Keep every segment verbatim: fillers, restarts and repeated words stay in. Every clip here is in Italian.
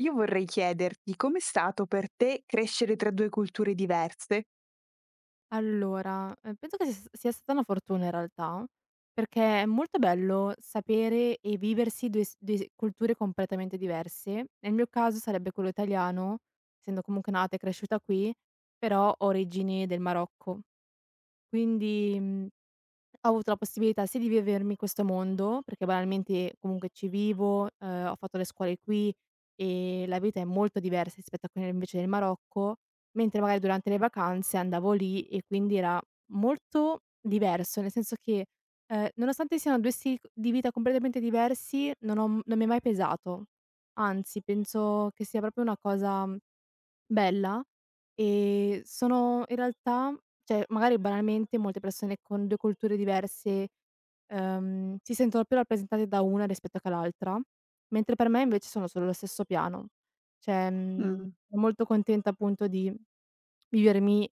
Io vorrei chiederti com'è stato per te crescere tra due culture diverse? Allora, ehm, penso che s sia stata una fortuna in realtà, perché è molto bello sapere e viversi due s due s culture completamente diverse. Nel mio caso sarebbe quello italiano, essendo comunque nata e cresciuta qui, però ho origini del Marocco. Quindi, mhmm ho avuto la possibilità sia di vivermi questo mondo, perché banalmente comunque ci vivo, ehm, ho fatto le scuole qui e la vita è molto diversa rispetto a quella invece del Marocco, mentre magari durante le vacanze andavo lì e quindi era molto diverso, nel senso che, ehm, nonostante siano due stili c di vita completamente diversi non ho non mi è mai pesato. Anzi penso che sia proprio una cosa Bella, ehm, sono in realtà cioè, magari banalmente molte persone con due culture diverse, ehm, si sentono più rappresentate da una rispetto che l'altra, mentre per me invece sono sullo stesso piano. Cioè, mhmm, Mh. sono molto contenta appunto di vivermi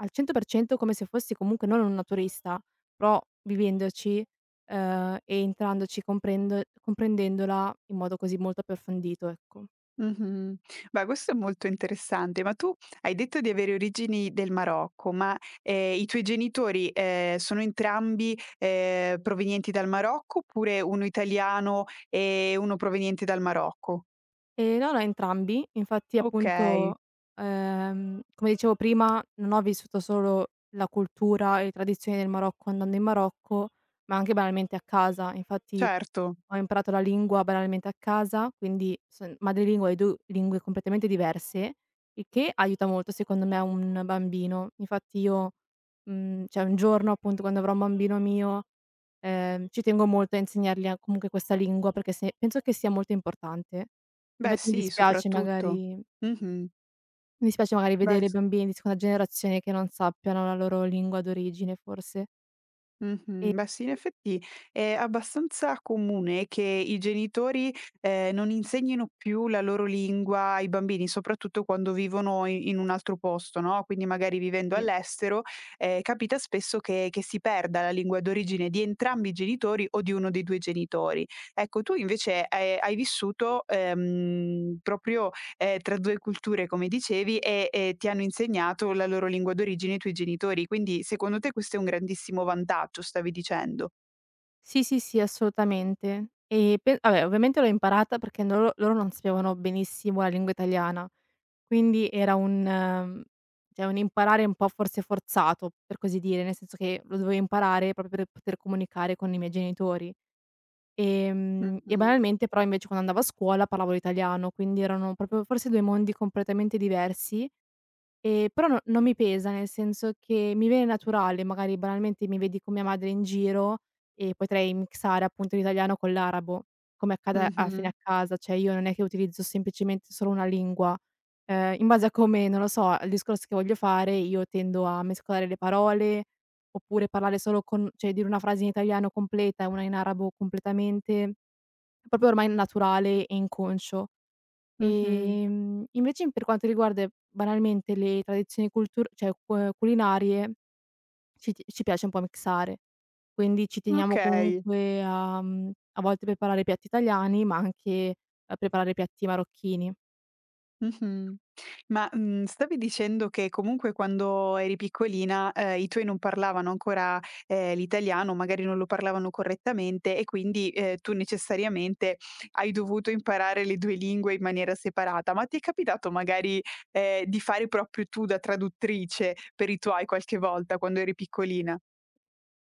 al cento per cento come se fossi comunque non una turista, però vivendoci, ehm, e entrandoci comprendo comprendendola in modo così molto approfondito, ecco. Mh-mh. Beh, questo è molto interessante, ma tu hai detto di avere origini del Marocco, ma, ehm, i tuoi genitori, ehm, sono entrambi, ehm, provenienti dal Marocco oppure uno italiano e uno proveniente dal Marocco? Ehm, no, no, entrambi. Infatti Okay, appunto, ehm, come dicevo prima, non ho vissuto solo la cultura e le tradizioni del Marocco andando in Marocco, ma anche banalmente a casa. Infatti certo. ho imparato la lingua banalmente a casa, quindi son madrelingua e due lingue completamente diverse, il che aiuta molto secondo me un bambino. Infatti io, mhmm, cioè un giorno appunto quando avrò un bambino mio, ehm, ci tengo molto a insegnargli a comunque questa lingua perché se penso che sia molto importante. Beh Infatti mi sì, dispiace soprattutto. magari Mh-mh. mi dispiace magari Beh. vedere bambini di seconda generazione che non sappiano la loro lingua d'origine forse. Mh-mh. E Beh sì, in effetti è abbastanza comune che i genitori, ehm, non insegnino più la loro lingua ai bambini, soprattutto quando vivono i in un altro posto, no, quindi magari vivendo sì. all'estero, ehm, capita spesso che che si perda la lingua d'origine di entrambi i genitori o di uno dei due genitori. Ecco, tu invece, ehm, hai vissuto, ehm, proprio ehm, tra due culture come dicevi e e ti hanno insegnato la loro lingua d'origine i tuoi genitori, quindi secondo te questo è un grandissimo vantaggio, stavi dicendo? Sì, sì, sì, assolutamente. E pe vabbè, ovviamente l'ho imparata perché loro loro non sapevano benissimo la lingua italiana, quindi era un mhmm, cioè un imparare un po' forse forzato, per così dire, nel senso che lo dovevo imparare proprio per poter comunicare con i miei genitori. Ehm, e Mh-mh. banalmente però invece quando andavo a scuola parlavo l'italiano, quindi erano proprio forse due mondi completamente diversi, ehm, però no non mi pesa, nel senso che mi viene naturale, magari banalmente mi vedi con mia madre in giro e potrei mixare appunto l'italiano con l'arabo, come accade a fine Mh-mh. a casa, cioè io non è che utilizzo semplicemente solo una lingua, ehm, in base a come, non lo so, al discorso che voglio fare io tendo a mescolare le parole, oppure parlare solo con cioè dire una frase in italiano completa e una in arabo completamente. Proprio ormai naturale e inconscio. Mh-mh. Ehm, invece per quanto riguarda banalmente le tradizioni cultur cioè cu culinarie, ci ti ci piace un po' mixare. Quindi ci teniamo Okay. comunque a mhmm, a volte preparare piatti italiani, ma anche a preparare piatti marocchini. Mh-mh. Ma, mhmm, stavi dicendo che comunque quando eri piccolina, ehm, i tuoi non parlavano ancora, ehm, l'italiano, magari non lo parlavano correttamente e quindi, ehm, tu necessariamente hai dovuto imparare le due lingue in maniera separata. Ma ti è capitato magari, ehm, di fare proprio tu da traduttrice per i tuoi qualche volta quando eri piccolina?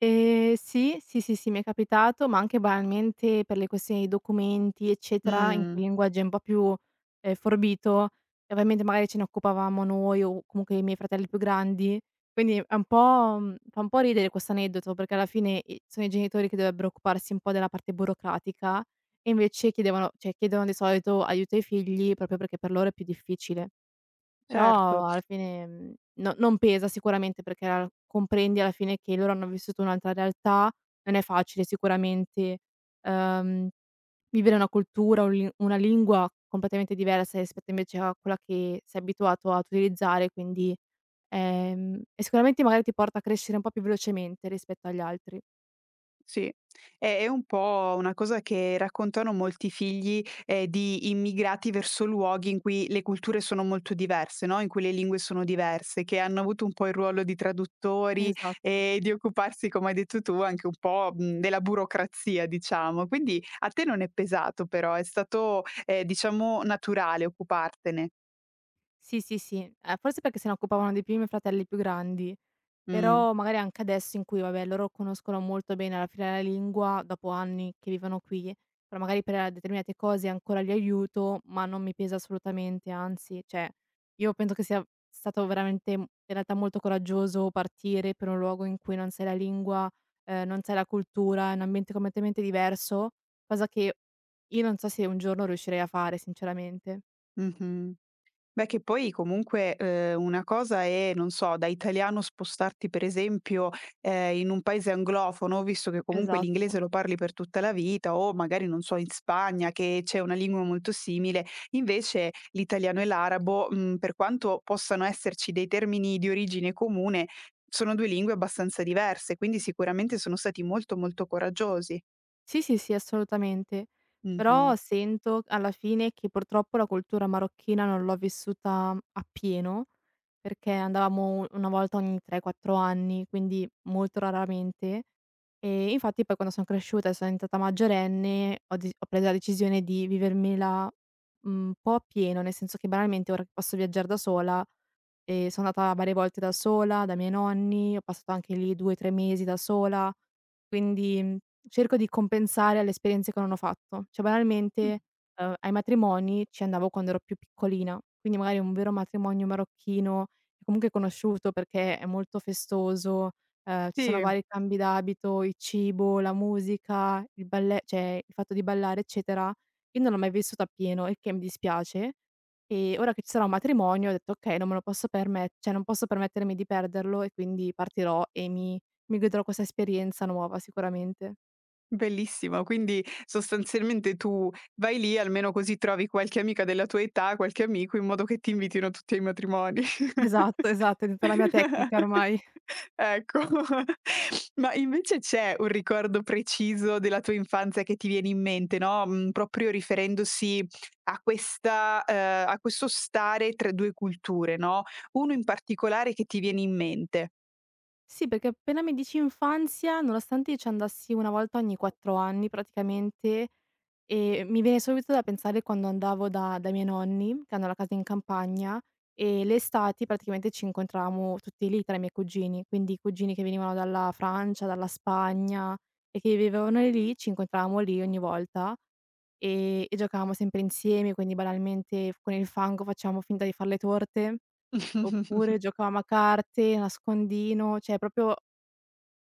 Ehm, sì, sì, sì, sì, mi è capitato, ma anche banalmente per le questioni di documenti, eccetera, in Mh, quel linguaggio un po' più, ehm, forbito, e ovviamente magari ce ne occupavamo noi o comunque i miei fratelli più grandi, quindi è un po' mhmm, fa un po' ridere questo aneddoto, perché alla fine i sono i genitori che dovrebbero occuparsi un po' della parte burocratica e invece chiedevano cioè chiedono di solito aiuto ai figli proprio perché per loro è più difficile. certo. Però alla fine, mhmm, no non pesa sicuramente perché al comprendi alla fine che loro hanno vissuto un'altra realtà, non è facile sicuramente, ehm, vivere una cultura, un li una lingua completamente diversa rispetto invece a quella che sei abituato ad utilizzare, quindi, ehm, e sicuramente magari ti porta a crescere un po' più velocemente rispetto agli altri. Sì, è è un po' una cosa che raccontano molti figli, ehm, di immigrati verso luoghi in cui le culture sono molto diverse, no, in cui le lingue sono diverse, che hanno avuto un po' il ruolo di traduttori Esatto. e di occuparsi, come hai detto tu, anche un po', mhmm, della burocrazia, diciamo. Quindi a te non è pesato però, è stato, ehm, diciamo naturale occupartene. Sì, sì, sì. Ehm, forse perché se ne occupavano di più i miei fratelli più grandi. Mh, Però magari anche adesso in cui, vabbè, loro conoscono molto bene alla fine la lingua, dopo anni che vivono qui, però magari per determinate cose ancora li aiuto, ma non mi pesa assolutamente, anzi, cioè, io penso che sia stato veramente in realtà molto coraggioso partire per un luogo in cui non sai la lingua, ehm, non sai la cultura, è un ambiente completamente diverso, cosa che io non so se un giorno riuscirei a fare sinceramente. mh-mh. Beh, che poi comunque, uhm, una cosa è, non so, da italiano spostarti per esempio, ehm, in un paese anglofono, visto che comunque l'inglese Esatto. lo parli per tutta la vita, o magari, non so, in Spagna che c'è una lingua molto simile. Invece l'italiano e l'arabo, mhmm, per quanto possano esserci dei termini di origine comune, sono due lingue abbastanza diverse, quindi sicuramente sono stati molto, molto coraggiosi. Sì, sì, sì, assolutamente. Mh-mh. Però sento alla fine che purtroppo la cultura marocchina non l'ho vissuta appieno, perché andavamo una volta ogni tre, quattro anni, quindi molto raramente. E infatti poi quando sono cresciuta e sono diventata maggiorenne ho de ho preso la decisione di vivermela, mhmm, un po' appieno, nel senso che banalmente ora che posso viaggiare da sola. Ehm, sono andata varie volte da sola, dai miei nonni, ho passato anche lì due, tre mesi da sola, quindi, mhmm, cerco di compensare alle esperienze che non ho fatto. Cioè Mh, banalmente, uhm, ai matrimoni ci andavo quando ero più piccolina, quindi magari un vero matrimonio marocchino, che comunque è conosciuto perché è molto festoso, uhm, ci sono sì. vari cambi d'abito, il cibo, la musica, il balle cioè il fatto di ballare eccetera, io non l'ho mai vissuto appieno, il che mi dispiace. Ehm, ora che ci sarà un matrimonio ho detto: "Okay, non me lo posso permet cioè non posso permettermi di perderlo e quindi partirò e mi mi godrò questa esperienza nuova sicuramente." Bellissimo, quindi sostanzialmente tu vai lì, almeno così trovi qualche amica della tua età, qualche amico, in modo che ti invitino tutti ai matrimoni. Esatto, esatto, è diventata la mia tecnica ormai. Ecco. Ma invece c'è un ricordo preciso della tua infanzia che ti viene in mente, no, mhmm, proprio riferendosi a questa ehm, a questo stare tra due culture, no, uno in particolare che ti viene in mente? Sì, perché appena mi dici infanzia, nonostante io ci andassi una volta ogni quattro anni praticamente, ehm, mi viene subito da pensare quando andavo da dai miei nonni, che hanno la casa in campagna, e le estati praticamente ci incontravamo tutti lì tra i miei cugini, quindi i cugini che venivano dalla Francia, dalla Spagna e che vivevano lì, ci incontravamo lì ogni volta e e giocavamo sempre insieme, quindi banalmente f con il fango facevamo finta di far le torte. Oppure giocavamo a carte, nascondino, cioè proprio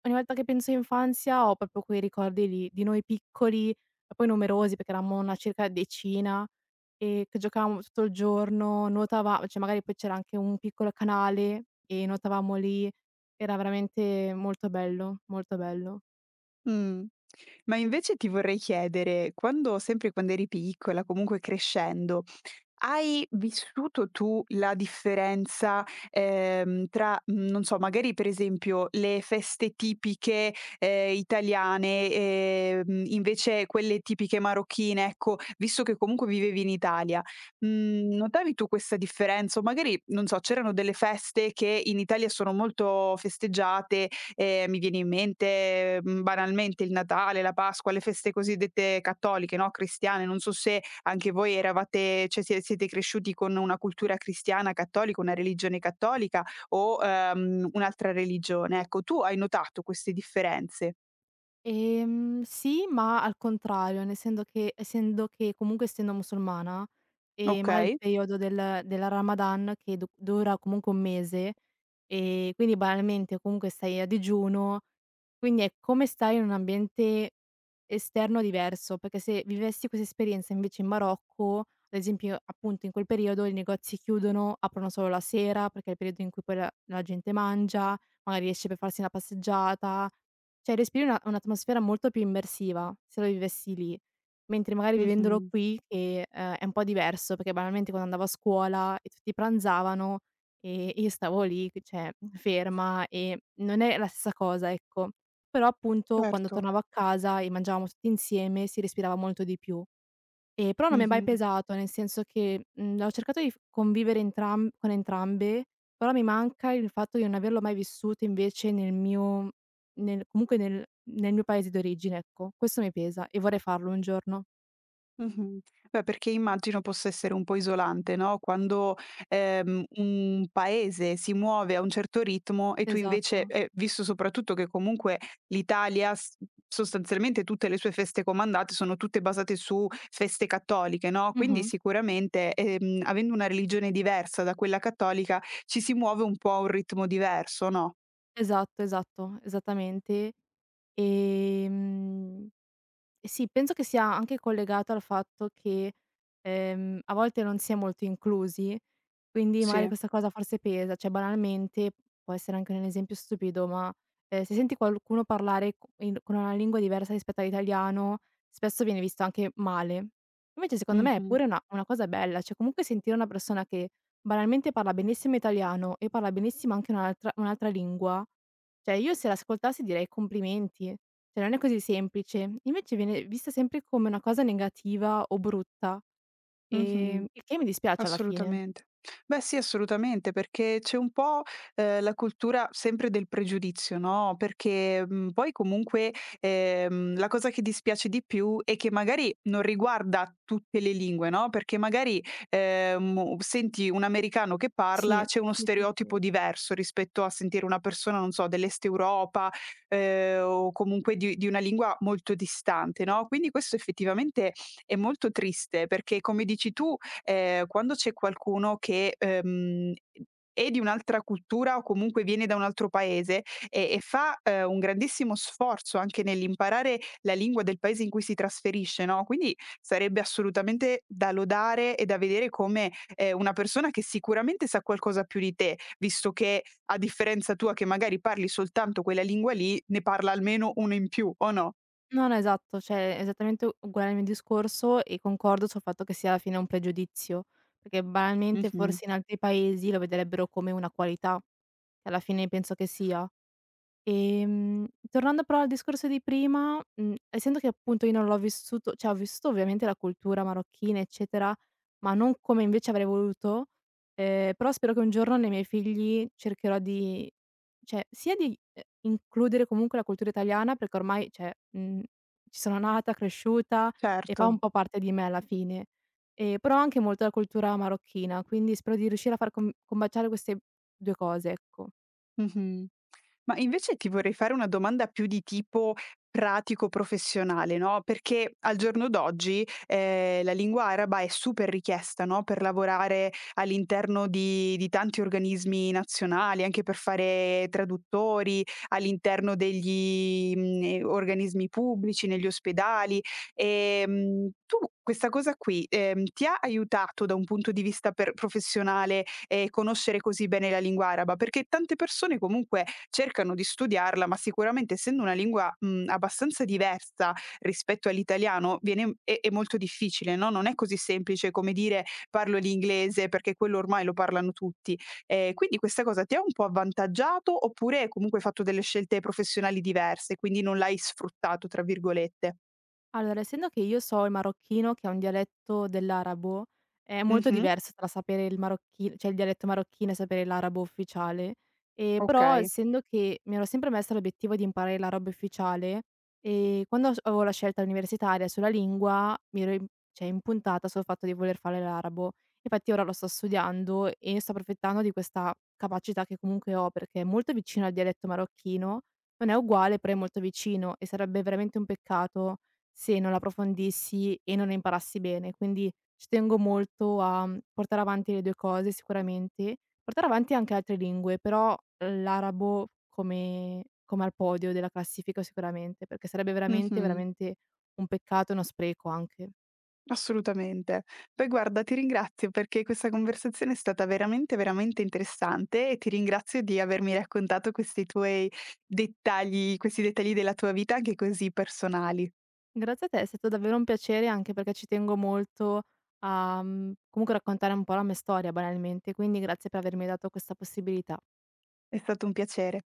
ogni volta che penso infanzia ho proprio quei ricordi lì, di noi piccoli, e poi numerosi perché eravamo una circa decina, ehm, che giocavamo tutto il giorno, nuotava cioè magari poi c'era anche un piccolo canale e nuotavamo lì, era veramente molto bello, molto bello. Mh. Ma invece ti vorrei chiedere, quando sempre quando eri piccola, comunque crescendo hai vissuto tu la differenza, ehm, tra, mhmm, non so, magari per esempio le feste tipiche, ehm, italiane, ehm, invece quelle tipiche marocchine, ecco, visto che comunque vivevi in Italia, mhmm, notavi tu questa differenza? O magari, non so, c'erano delle feste che in Italia sono molto festeggiate, ehm, mi viene in mente, mhmm, banalmente il Natale, la Pasqua, le feste cosiddette cattoliche, no, cristiane, non so se anche voi eravate cioè sie siete cresciuti con una cultura cristiana cattolica, una religione cattolica o, ehm, un'altra religione? Ecco, tu hai notato queste differenze, Ehm, sì, ma al contrario, nel senso che essendo che comunque essendo musulmana. E magari il okay? periodo del del Ramadan che du dura comunque un mese, e quindi banalmente comunque stai a digiuno, quindi è come stare in un ambiente esterno diverso, perché se vivessi questa esperienza invece in Marocco, ad esempio appunto in quel periodo i negozi chiudono, aprono solo la sera perché è il periodo in cui poi la la gente mangia, magari esce per farsi una passeggiata, cioè respiri una un'atmosfera molto più immersiva se lo vivessi lì. Mentre magari vivendolo Mh-mh, qui che, ehm, è un po' diverso, perché banalmente quando andavo a scuola e tutti pranzavano, ehm, io stavo lì che cioè ferma e non è la stessa cosa, ecco. Però appunto quando certo. tornavo a casa e mangiavamo tutti insieme si respirava molto di più. Ehm, però non mi è mai Mh-mh. pesato, nel senso che, mhmm, ho cercato di f convivere entram con entrambe, però mi manca il fatto di non averlo mai vissuto invece nel mio nel comunque nel nel mio paese d'origine, ecco. Questo mi pesa e vorrei farlo un giorno. Mh-mh. Beh, perché immagino possa essere un po' isolante, no, quando, ehm, un paese si muove a un certo ritmo e tu invece Esatto. ehm, visto soprattutto che comunque l'Italia s sostanzialmente tutte le sue feste comandate sono tutte basate su feste cattoliche, no, quindi Mh-mh. sicuramente, ehm, avendo una religione diversa da quella cattolica ci si muove un po' a un ritmo diverso, no? Esatto, esatto, esattamente. Ehm Sì, penso che sia anche collegato al fatto che, ehm, a volte non si è molto inclusi, quindi magari Sì. questa cosa forse pesa. Cioè, banalmente, può essere anche un esempio stupido, ma, ehm, se senti qualcuno parlare co in con una lingua diversa rispetto all'italiano, spesso viene visto anche male. Invece secondo me è Mh-mh. pure una una cosa bella, cioè comunque sentire una persona che banalmente parla benissimo italiano e parla benissimo anche un'altra un'altra lingua, cioè io se l'ascoltassi direi: "Complimenti". Cioè non è così semplice. Invece viene vista sempre come una cosa negativa o brutta, Mh-mh. ehm, il che mi dispiace alla fine. Assolutamente. Beh sì, assolutamente, perché c'è un po', ehm, la cultura sempre del pregiudizio, no, perché, mhmm, poi comunque, ehm, la cosa che dispiace di più è che magari non riguarda tutte le lingue, no, perché magari, ehm, u senti un americano che parla, Sì, c'è uno sì, sì, stereotipo sì. diverso rispetto a sentire una persona, non so, dell'Est Europa, ehm, o comunque di di una lingua molto distante, no, quindi questo effettivamente è molto triste perché, come dici tu ehm, quando c'è qualcuno che, ehm, è di un'altra cultura o comunque viene da un altro paese e e fa, ehm, un grandissimo sforzo anche nell'imparare la lingua del paese in cui si trasferisce, no, quindi sarebbe assolutamente da lodare e da vedere come, ehm, una persona che sicuramente sa qualcosa più di te, visto che a differenza tua che magari parli soltanto quella lingua lì, ne parla almeno uno in più, o no? No, no, esatto, cioè è esattamente u uguale al mio discorso e concordo sul fatto che sia alla fine un pregiudizio, perché banalmente Mh-mh. forse in altri paesi lo vedrebbero come una qualità, che alla fine penso che sia. Ehm, tornando però al discorso di prima, mhmm, essendo che appunto io non l'ho vissuto cioè ho vissuto ovviamente la cultura marocchina, eccetera, ma non come invece avrei voluto, ehm, però spero che un giorno nei miei figli cercherò di cioè sia di, ehm, includere comunque la cultura italiana perché ormai cioè, mhmm, ci sono nata, cresciuta e Certo. fa un po' parte di me alla fine, ehm, però anche molto la cultura marocchina, quindi spero di riuscire a far com combaciare queste due cose, ecco. Mh-mh. Ma invece ti vorrei fare una domanda più di tipo pratico-professionale, no, perché al giorno d'oggi, ehm, la lingua araba è super richiesta, no, per lavorare all'interno di di tanti organismi nazionali, anche per fare traduttori, all'interno degli, mhmm, ehm, organismi pubblici, negli ospedali. Ehm, tu questa cosa qui, ehm, ti ha aiutato da un punto di vista per professionale, ehm, conoscere così bene la lingua araba? Perché tante persone comunque cercano di studiarla, ma sicuramente essendo una lingua, mhmm, abbastanza diversa rispetto all'italiano viene mhmm, è è molto difficile, no, non è così semplice come dire: "Parlo l'inglese", perché quello ormai lo parlano tutti. Ehm, quindi questa cosa ti ha un po' avvantaggiato, oppure comunque hai fatto delle scelte professionali diverse, quindi non l'hai "sfruttato" tra virgolette? Allora, essendo che io so il marocchino che è un dialetto dell'arabo, è molto Mh-mh, diverso tra sapere il marocchi cioè il dialetto marocchino e sapere l'arabo ufficiale. Ehm, però okay. essendo che mi ero sempre messa l'obiettivo di imparare l'arabo ufficiale, ehm, quando s avevo la scelta universitaria sulla lingua mi ero im cioè impuntata sul fatto di voler fare l'arabo. Infatti ora lo sto studiando e sto approfittando di questa capacità che comunque ho, perché è molto vicino al dialetto marocchino, non è uguale però è molto vicino e sarebbe veramente un peccato se non approfondissi e non ne imparassi bene. Quindi ci tengo molto a, mhmm, portare avanti le due cose sicuramente, portare avanti anche altre lingue, però uhm, l'arabo come come al podio della classifica sicuramente, perché sarebbe veramente, Mh-mh. veramente un peccato e uno spreco anche. Assolutamente. Poi guarda, ti ringrazio perché questa conversazione è stata veramente, veramente interessante e ti ringrazio di avermi raccontato questi tuoi dettagli, questi dettagli della tua vita anche così personali. Grazie a te, è stato davvero un piacere anche perché ci tengo molto a, mhmm, comunque raccontare un po' la mia storia banalmente, quindi grazie per avermi dato questa possibilità. È stato un piacere.